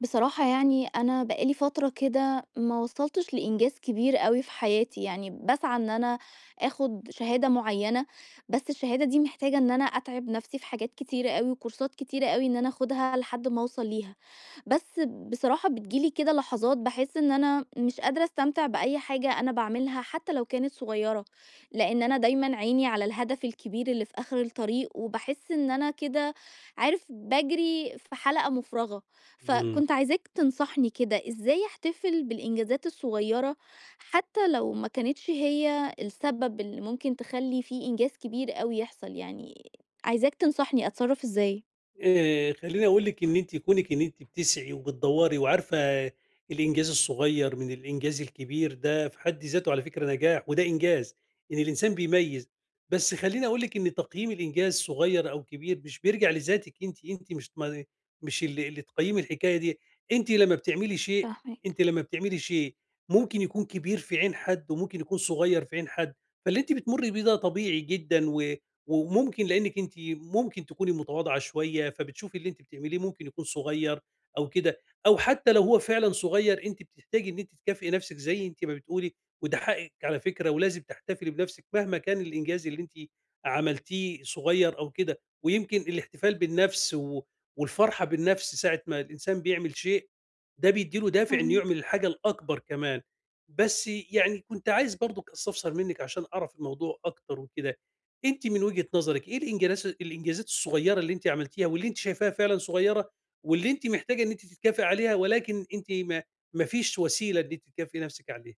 بصراحة، يعني أنا بقى لي فترة كده ما وصلتش لإنجاز كبير أوي في حياتي، يعني باسعى إن أنا آخُد شهادة معيّنة. بس الشهادة دي محتاجة إن أنا أتعب نَفْسي في حاجات كتيرة أوي وكورسات كتيرة أوي، إن أنا آخُدها لحد ما أوصل ليها. بس بصراحة بتيجي لي كده لحظات باحس إن أنا مش قادرة أستمتع بأي حاجة أنا باعملها حتى لو كانت صغيّرة، لإن أنا دايمًا عيني على الهدف الكبير اللي في آخِر الطريق، وباحس إن أنا كده، عارف، باجري في حلقة مُفرغة. إمم. فكنت عايزاك تنصحني كده إزاي أحتفل بالإنجازات الصغيرة حتى لو ما كانتش هي السبب اللي ممكن تخلّي في إنجاز كبير أوي يحصل، يعني عايزاك تنصحني أتصرّف إزاي؟ خلّيني أقول لِك إن أنتِ كونِك إن أنتِ بتسعي وبتدوّري وعارفة الإنجاز الصغير من الإنجاز الكبير ده في حد ذاته على فكرة نجاح، وده إنجاز، إن الإنسان بيميّز. بس خلّيني أقول لِك إن تقييم الإنجاز صغير أو كبير مش بيرجع لذاتِك أنتِ، أنتِ مش اللي تقيّمي الحكاية ديّة. أنتِ لمّا بتعملي شيء فاهماك. أنتِ لمّا بتعملي شيء ممكن يكون كبير في عين حد وممكن يكون صغير في عين حد، فاللي أنتِ بتمُرّي بيه ده طبيعي جدًا وممكن لأنِّك أنتِ ممكن تكوني متواضعة شوية، فبتشوفي اللي أنتِ بتعمليه ممكن يكون صغير أو كده، أو حتى لو هو فعلًا صغير أنتِ بتحتاجي إن أنتِ تكافئي نَفْسِك زي أنتِ ما بتقولي، وده حقِّك على فكرة ولازم تحتفلي بنَفْسِك مهما كان الإنجاز اللي أنتِ عملتيه صغير أو كده، ويمكن الاحتفال بالنَفْس والفرحة بالنَفْس ساعة ما الإنسان بيعمل شيء، ده بيدّي له دافع إنه فاهماك. يعمل الحاجة الأكبر كمان. بس يعني كنت عايز برضُك أستفسر منِّك عشان أعرف الموضوع أكتر وكده، أنتِ من وجهة نظرِك إيه الإنجازات الصغيّرة اللي أنتِ عملتيها واللي أنتِ شايفاها فعلًا صغيّرة، واللي أنتِ محتاجة إن أنتِ تتكافئي عليها ولكن أنتِ ما فيش وسيلة إن أنتِ تكافئي نفسِك عليها؟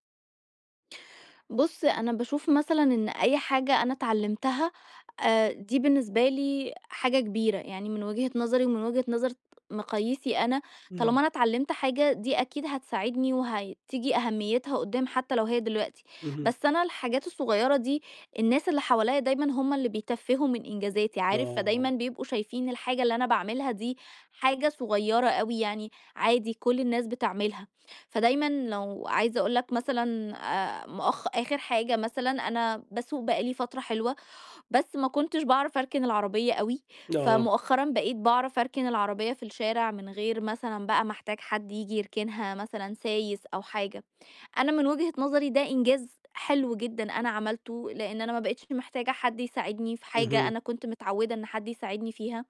بُص، أنا باشوف مثلًا إن أي حاجة أنا اتعلمتها، دي بالنسبة لي حاجة كبيرة، يعني من وجهة نظري ومن وجهة نظر مقاييسي أنا. طالما إمم. أنا اتعلمت حاجة، دي أكيد هتساعدني وهتيجي أهميتها قدّام حتى لو هي دلوقتي. اهم. بس أنا الحاجات الصغيرة دي، الناس اللي حواليّا دايمًا هم اللي بيتفّهوا من إنجازاتي، عارف، آه. فدايمًا بيبقوا شايفين الحاجة اللي أنا باعملها دي حاجة صغيرة أوي، يعني عادي كل الناس بتعملها. فدايمًا لو عايزة أقول لك مثلًا، مؤخ آخر حاجة مثلًا أنا باسوق بقى لي فترة حلوة، بس ما كنتش باعرف أركن العربية أوي، آه. فمؤخرًا بقيت باعرف أركن العربية في الشارع من غير مثلًا بقى ما احتاج حد ييجي يركنها، مثلًا سايس أو حاجة. أنا من وجهة نظري ده إنجاز حلو جدًا أنا عملته، لإن أنا ما بقيتش محتاجة حد يساعدني في حاجة اهم. أنا كنت متعودة إن حد يساعدني فيها.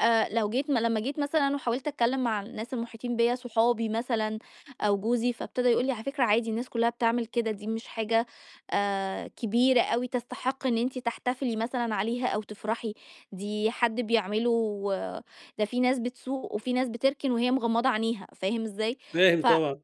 لو جيت م لمّا جيت مثلًا وحاولت أتكلّم مع الناس المحيطين بيّا، صحابي مثلًا أو جوزي، فابتدى يقول لي: "على فكرة عادي، الناس كلّها بتعمل كده، دي مش حاجة كبيرة أوي تستحق إن أنتِ تحتفلي مثلًا عليها أو تفرحي، دي حد بيعمله، آه، ده في ناس بتسوق وفي ناس بتركن وهي مغمّضة عينيها." فاهم إزاي؟ فاهم ف طبعًا.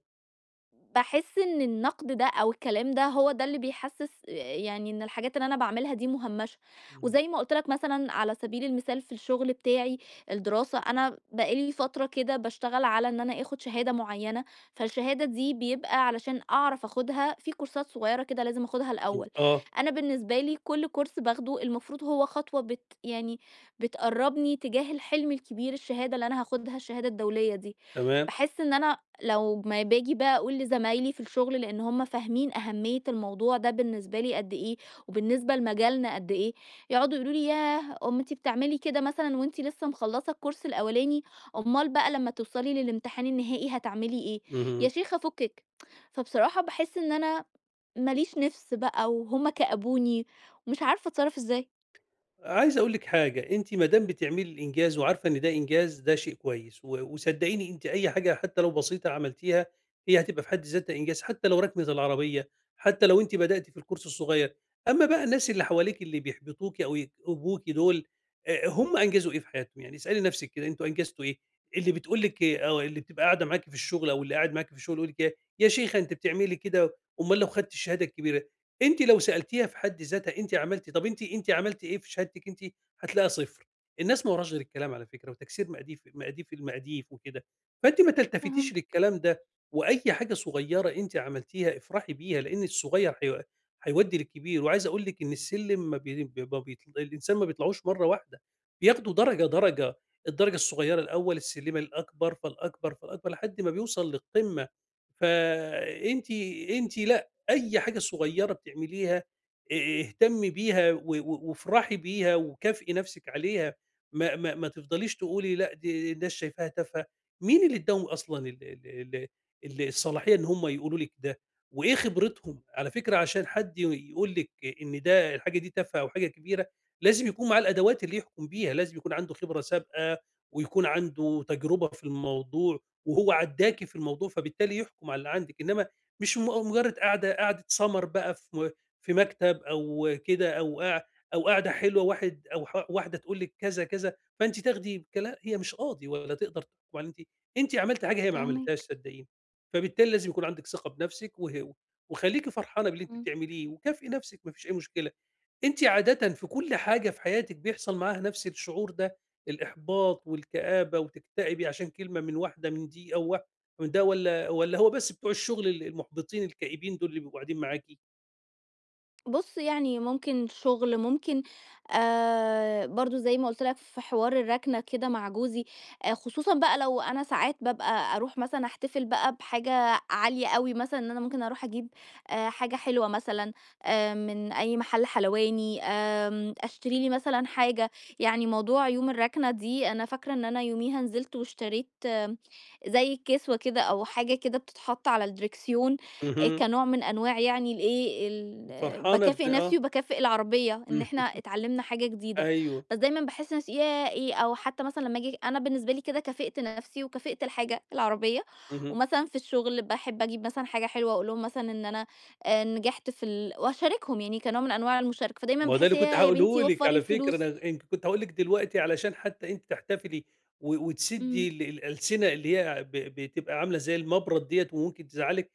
باحس إن النقد ده أو الكلام ده هو ده اللي بيحسس، يعني إن الحاجات اللي أنا باعملها دي مهمشة. إمم. وزي ما قُلت لك مثلًا، على سبيل المثال في الشغل بتاعي، الدراسة، أنا بقى لي فترة كده باشتغل على إن أنا آخد شهادة معينة. فالشهادة دي بيبقى علشان أعرف آخدها في كورسات صغيرة كده لازم آخدها إمم. الأول. آه. أنا بالنسبة لي كل كورس باخده المفروض هو خطوة، يعني بتقرّبني تجاه الحلم الكبير، الشهادة اللي أنا هاخدها، الشهادة الدولية دي. تمام. باحس إن أنا لو ما باجي بقى أقول لزمايلي في الشغل، لأن هم فاهمين أهمية الموضوع ده بالنسبة لي قد إيه، وبالنسبة لمجالنا قد إيه، يقعدوا يقولوا لي: "ياه، أنت بتعملي كده مثلا وأنت لسه مخلصة الكورس الأولاني، أمال بقى لما توصلي للامتحان النهائي هتعملي إيه؟ يا اهم. شيخة فكك." فبصراحة بحس إن أنا ماليش نفس بقى، وهما كأبوني، ومش عارفة أتصرف إزاي. عايز أقول لِك حاجة، أنتِ ما دام بتعملي الإنجاز وعارفة إن ده إنجاز، ده شيء كويس، وصدقيني أنتِ أي حاجة حتى لو بسيطة عملتيها، هي هتبقى في حد ذاتها إنجاز، حتى لو ركنة العربية، حتى لو أنتِ بدأتِ في الكورس الصغير. أمّا بقى الناس اللي حواليكِ اللي بيحبطوكِ أو يكئبوكِ دول، هم أنجزوا إيه في حياتهم؟ يعني اسألي نفسِك كده أنتم أنجزتوا إيه؟ اللي بتقول لِك إيه، أو اللي بتبقى قاعدة معاكِ في الشغل أو اللي قاعد معاكِ في الشغل يقول لِك: "يا شيخة أنتِ بتعملي كده، أمال لو خدتِ الشهادة الكبيرة؟" أنتِ لو سألتيها في حد ذاتها أنتِ عملتِ طب أنتِ عملتِ إيه في شهادتِك أنتِ؟ هتلاقيها صفر. الناس ما وراهاش غير الكلام على فكرة وتكسير مقاديف مقاديف المقاديف وكده، فأنتِ ما تلتفتيش فهمت. للكلام ده، وأي حاجة صغيرة أنتِ عملتيها افرحي بيها، لإن الصغير هي هيودّي للكبير، وعايز أقول لِك إن السلم ما بي ما بيطل الإنسان ما بيطلعوش مرّة واحدة، بياخدوا درجة، درجة، الدرجة الصغيرة الأول، السلِّمة للأكبر، فالأكبر، فالأكبر، لحد ما بيوصل للقمة. فأنتِ لأ، أي حاجة صغيّرة بتعمليها اهتمي بيها و و وافرحي بيها وكافئي نَفْسِك عليها، ما تفضليش تقولي لأ دي الناس شايفاها تافهة، مين اللي ادّاهم أصلًا ال ال ال ال الصلاحية إن هم يقولوا لِك ده، وإيه خبرتهم؟ على فكرة عشان حد يقول لِك إن ده الحاجة دي تافهة أو حاجة كبيرة، لازم يكون معاه الأدوات اللي يحكم بيها، لازم يكون عنده خبرة سابقة ويكون عنده تجربة في الموضوع وهو عدّاكِ في الموضوع، فبالتالي يحكم على اللي عندِك، إنّما مش مجرّد قعدة سَمَر بقى في مكتب أو كده أو قاعدة حلوة واحد أو واحدة تقول لِك كذا، كذا، فأنتِ تاخدي بكلا هي مش قاضي ولا تقدر تحكم على أنتِ أنتِ عملتِ حاجة هي ما عملتهاش فهمك. صدّقيني، فبالتالي لازم يكون عندِك ثقة بنَفْسِك وخلّيكِ فرحانة باللي أنتِ بتعمليه وكافئي نَفْسِك ما فيش أي مشكلة. أنتِ عادةً في كل حاجة في حياتِك بيحصل معاها نفس الشعور ده، الإحباط والكآبة وتكتئبي عشان كلمة من واحدة من دي أو من ده والّا هو بس بتوع الشغل المحبطين الكئيبين دول اللي بيبقوا قاعدين معاكِ؟ بُص، يعني ممكن شغل، ممكن برضه زي ما قُلت لك في حوار الركنة كده مع جوزي. خصوصًا بقى لو أنا ساعات بابقى أروح مثلًا أحتفل بقى بحاجة عالية أوي مثلًا، إن أنا ممكن أروح أجيب حاجة حلوة، مثلًا من أي محل حلواني، أشتري لي مثلًا حاجة. يعني موضوع يوم الركنة دي، أنا فاكرة إن أنا يوميها نزلت واشتريت، زي كسوة كده أو حاجة كده بتتحط على الدركسيون، اهم. كنوع من أنواع، يعني الإيه، فرحانة ب باكافئ آه، نفسي وباكافئ العربية، إن إحنا اتعلمنا حاجة جديدة. اهم. أيوه. بس دايمًا باحس نفسي: ياه! إيه؟ أو حتى مثلًا لمّا آجي أنا بالنسبة لي كده كافئت نفسي وكافئت الحاجة العربية، اهم. ومثلًا في الشغل باحب أجيب مثلًا حاجة حلوة، أقول لهم مثلًا إن أنا نجحت في ال واشاركهم، يعني كنوع من أنواع المشاركة، فدايمًا ما هو ده باحس: اللي كنت ياه! يا بنتي هاقوله لِك وفّري على فكرة، الفلوس. أنا يمكن كنت هاقول لِك دلوقتي علشان حتى أنتِ تحتفلي و إمم. وتسدّي الألسنة اللي هي بتبقى عاملة زي المبرد ديّة وممكن تزعّلِك،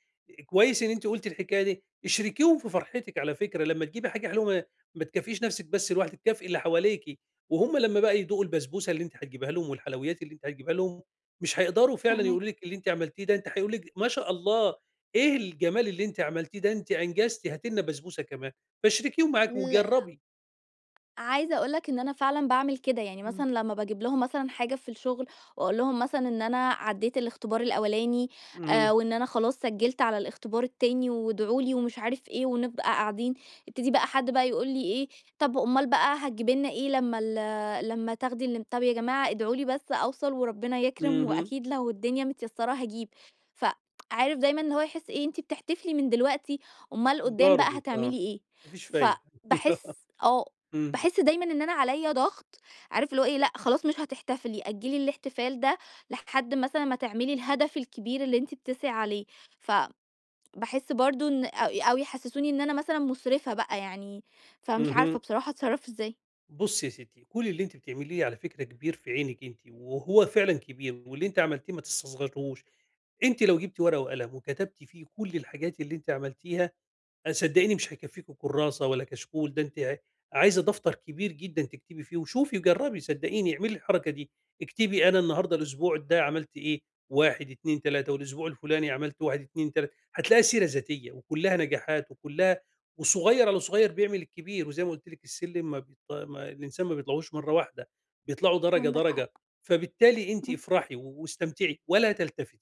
كويس إن أنتِ قُلتِ الحكاية دي، اشركيهم في فرحتِك على فكرة، لمّا تجيبي حاجة حلوة ما تكافئيش نَفْسِك بس لوحدِك، كافئي اللي حواليكِ، وهُم لمّا بقى يدوقوا البسبوسة اللي أنتِ هتجيبيها لهم والحلويات اللي أنتِ هتجيبيها لهم، مش هيقدروا فعلًا يقولوا فاهماك. لِك اللي أنتِ عملتيه ده، أنت هيقولوا لِك ما شاء الله إيه الجمال اللي أنتِ عملتيه ده، أنتِ أنجزتِ، هات لنا بسبوسة كمان. فاشركيهم معاك ل وجرّبي. عايزة أقول لك إن أنا فعلًا باعمل كده، يعني مثلًا إمم. لمّا باجيب لهم مثلًا حاجة في الشغل، وأقول لهم مثلًا إن أنا عدّيت الاختبار الأولاني، اهم. وإن أنا خلاص سجّلت على الاختبار التاني وادعوا لي ومش عارف إيه، ونبقى قاعدين، يبتدي بقى حد بقى يقول لي: إيه، طب أُمّال بقى هتجيبي لنا إيه لمّا لمّا تاخدي طب؟ يا جماعة، ادعوا لي بس أوصل وربنا يكرم، اهم. وأكيد لو الدنيا متيسّرة هاجيب. ف عارف، دايمًا إن هو يحس إيه؟ أنتِ بتحتفلي من دلوقتي، أُمّال قدّام بقى برضه هتعملي آه. إيه؟ ما فيش فايدة. فباحس آه، إمم. باحس دايمًا إن أنا عليّا ضغط، عارف، اللي هو إيه، لأ خلاص مش هتحتفلي، أجّلي الاحتفال ده لحد مثلًا ما تعملي الهدف الكبير اللي أنتِ بتسعي عليه. فباحس برضه إن أو يحسسوني إن أنا مثلًا مُسرفة بقى يعني، فمش عارفة اهم. بصراحة أتصرّف إزاي. بُصّي يا ستّي، كل اللي أنتِ بتعمليه على فكرة كبير في عينِك أنتِ، وهو فعلًا كبير، واللي أنتِ عملتيه ما تستصغريهوش. أنتِ لو جبتِ ورقة وقلم وكتبتِ فيه كل الحاجات اللي أنتِ عملتيها صدقيني مش هيكفّيكِ كُرّاسة ولا كشكول، ده أنتِ عايزة دفتر كبير جدًا تكتبي فيه، وشوفي وجرّبي صدقيني اعملي الحركة دي، اكتبي أنا النهارده الأسبوع ده عملت إيه، 1، 2، 3 والأسبوع الفُلاني عملت 1، 2، 3 هتلاقيها سيرة ذاتية وكُلّها نجاحات وصغيّر على صغيّر بيعمل الكبير، وزي ما قُلت لِك السلِّم ما بيط ما الإنسان ما بيطلعوش مرّة واحدة، بيطلعوا درجة، عندك حق. درجة، فبالتالي أنتِ إمم. افرحي واستمتعي ولا تلتفتي.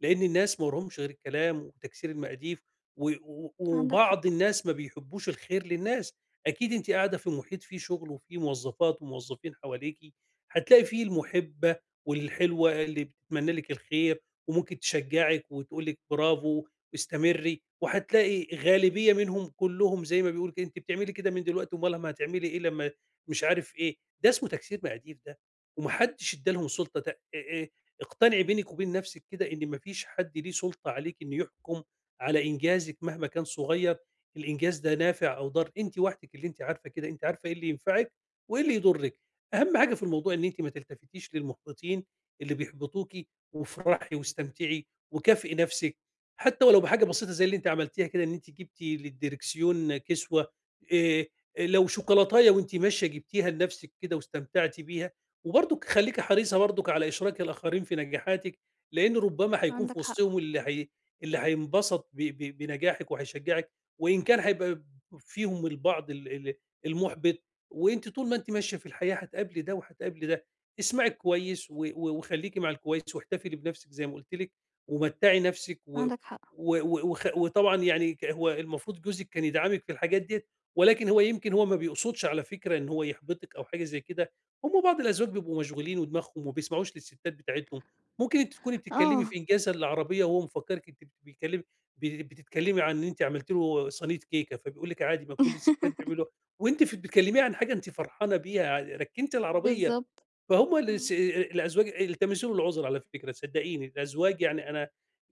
لأن الناس ما وراهمش غير الكلام وتكسير المقاديف و و عندك وبعض حق. الناس ما بيحبّوش الخير للناس، أكيد أنتِ قاعدة في محيط فيه شغل وفيه موظّفات وموظّفين حواليكِ، هتلاقي فيه المُحِبّة والحلوة اللي بتتمنّى لِك الخير وممكن تشجّعِك وتقول لِك برافو واستمرّي، وهتلاقي غالبية منهم كلّهم زي ما بيقولوا كده أنتِ بتعملي كده من دلوقتي أُمّال أمّا هتعملي إيه لمّا مش عارف إيه، ده اسمه تكسير مقاديف ده، وما حدّش ادّى لهم سُلطة ت آآ اقتنعي بينِك وبين نفسِك كده إن ما فيش حد ليه سُلطة عليكِ إنه يحكم على إنجازِك مهما كان صغير، الإنجاز ده نافع أو ضار، أنتِ وحدِك اللي أنتِ عارفة كده، أنتِ عارفة إيه اللي ينفعِك وإيه اللي يضرِّك. أهم حاجة في الموضوع إن أنتِ ما تلتفتيش للمحبطين اللي بيحبطوكِ، وافرحي واستمتعي وكافئي نفسِك، حتى ولو بحاجة بسيطة زي اللي أنتِ عملتيها كده إن أنتِ جبتِ للدركسيون كِسوة، آآ لو شوكولاتاية وأنتِ ماشية جبتيها لنفسِك كده واستمتعتِ بيها. وبرضك خلّيكِ حريصة برضك على إشراك الآخرين في نجاحاتِك، لإن ربما هيكون في عندك حق. وسطهم اللي هينبسط ب ب بنجاحِك وهيشجّعِك، وإن كان هيبقى فيهم البعض ال ال المُحبِط، وأنتِ طول ما أنتِ ماشية في الحياة هتقابلي ده وهتقابلي ده، اسمعي الكويس و و وخلّيكِ مع الكويس واحتفلي بنفسِك زي ما قُلت لِك، ومتّعي نفسِك و عندك حق. و و وخ وطبعًا يعني هو المفروض جوزِك كان يدعمِك في الحاجات ديّة، ولكن هو يمكن هو ما بيقصدش على فكرة إن هو يحبطِك أو حاجة زي كده، هم بعض الأزواج بيبقوا مشغولين ودماغهم وما بيسمعوش للستات بتاعتهم، ممكن أنتِ تكوني بتتكلمي آه. في إنجازها العربية وهو مفكّرِك أنتِ بتتكلمي بتتكلمي عن إن أنتِ عملتِ له صينية كيكة، فبيقول لِك عادي ما كل الستات بيعملوها، وأنتِ بتكلميه عن حاجة أنتِ فرحانة بيها، ركّنتِ العربية. بالضبط. فهُم الس إمم. الأزواج يلتمسون العُذر على فكرة صدّقيني، الأزواج يعني أنا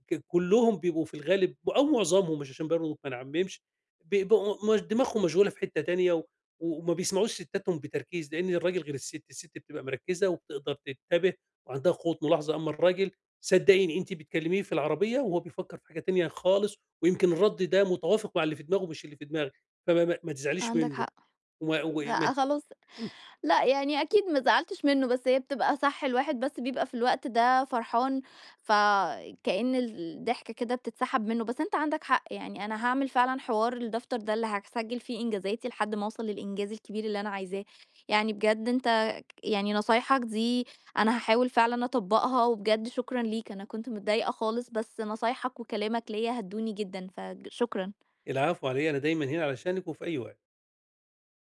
كلّهم بيبقوا في الغالب أو معظمهم مش عشان برضه ما نعمّمش، بيبقوا مش دماغهم مشغولة في حتّة تانية وما بيسمعوش سِتّاتهم بتركيز، لإن الراجل غير السِت، السِت بتبقى مركّزة وبتقدر تنتبه وعندها خُوَّة ملاحظة، أمّا الراجل صدّقيني أنتِ بتكلّميه في العربية وهو بيفكّر في حاجة تانية خالص ويمكن الرَد ده متوافق مع اللي في دماغه مش اللي في دماغك، فما ما ما تزعليش عندك منّه حق. وما وما لأ ت خلاص. لأ، يعني أكيد ما زعلتش منّه، بس هي بتبقى صح، الواحد بس بيبقى في الوقت ده فرحان، فكأن الضحكة كده بتتسحب منّه. بس أنت عندك حق، يعني أنا هاعمل فعلًا حوار الدفتر ده اللي هاسجّل فيه إنجازاتي لحد ما أوصل للإنجاز الكبير اللي أنا عايزاه، يعني بجد أنت، يعني نصايحك دي أنا هاحاول فعلًا أطبّقها. وبجد شكرًا ليك، أنا كنت متضايقة خالص، بس نصايحك وكلامك ليّا هدّوني جدًا، شكرًا. العفو على إيه، أنا دايمًا هنا علشانِك وفي أي وقت.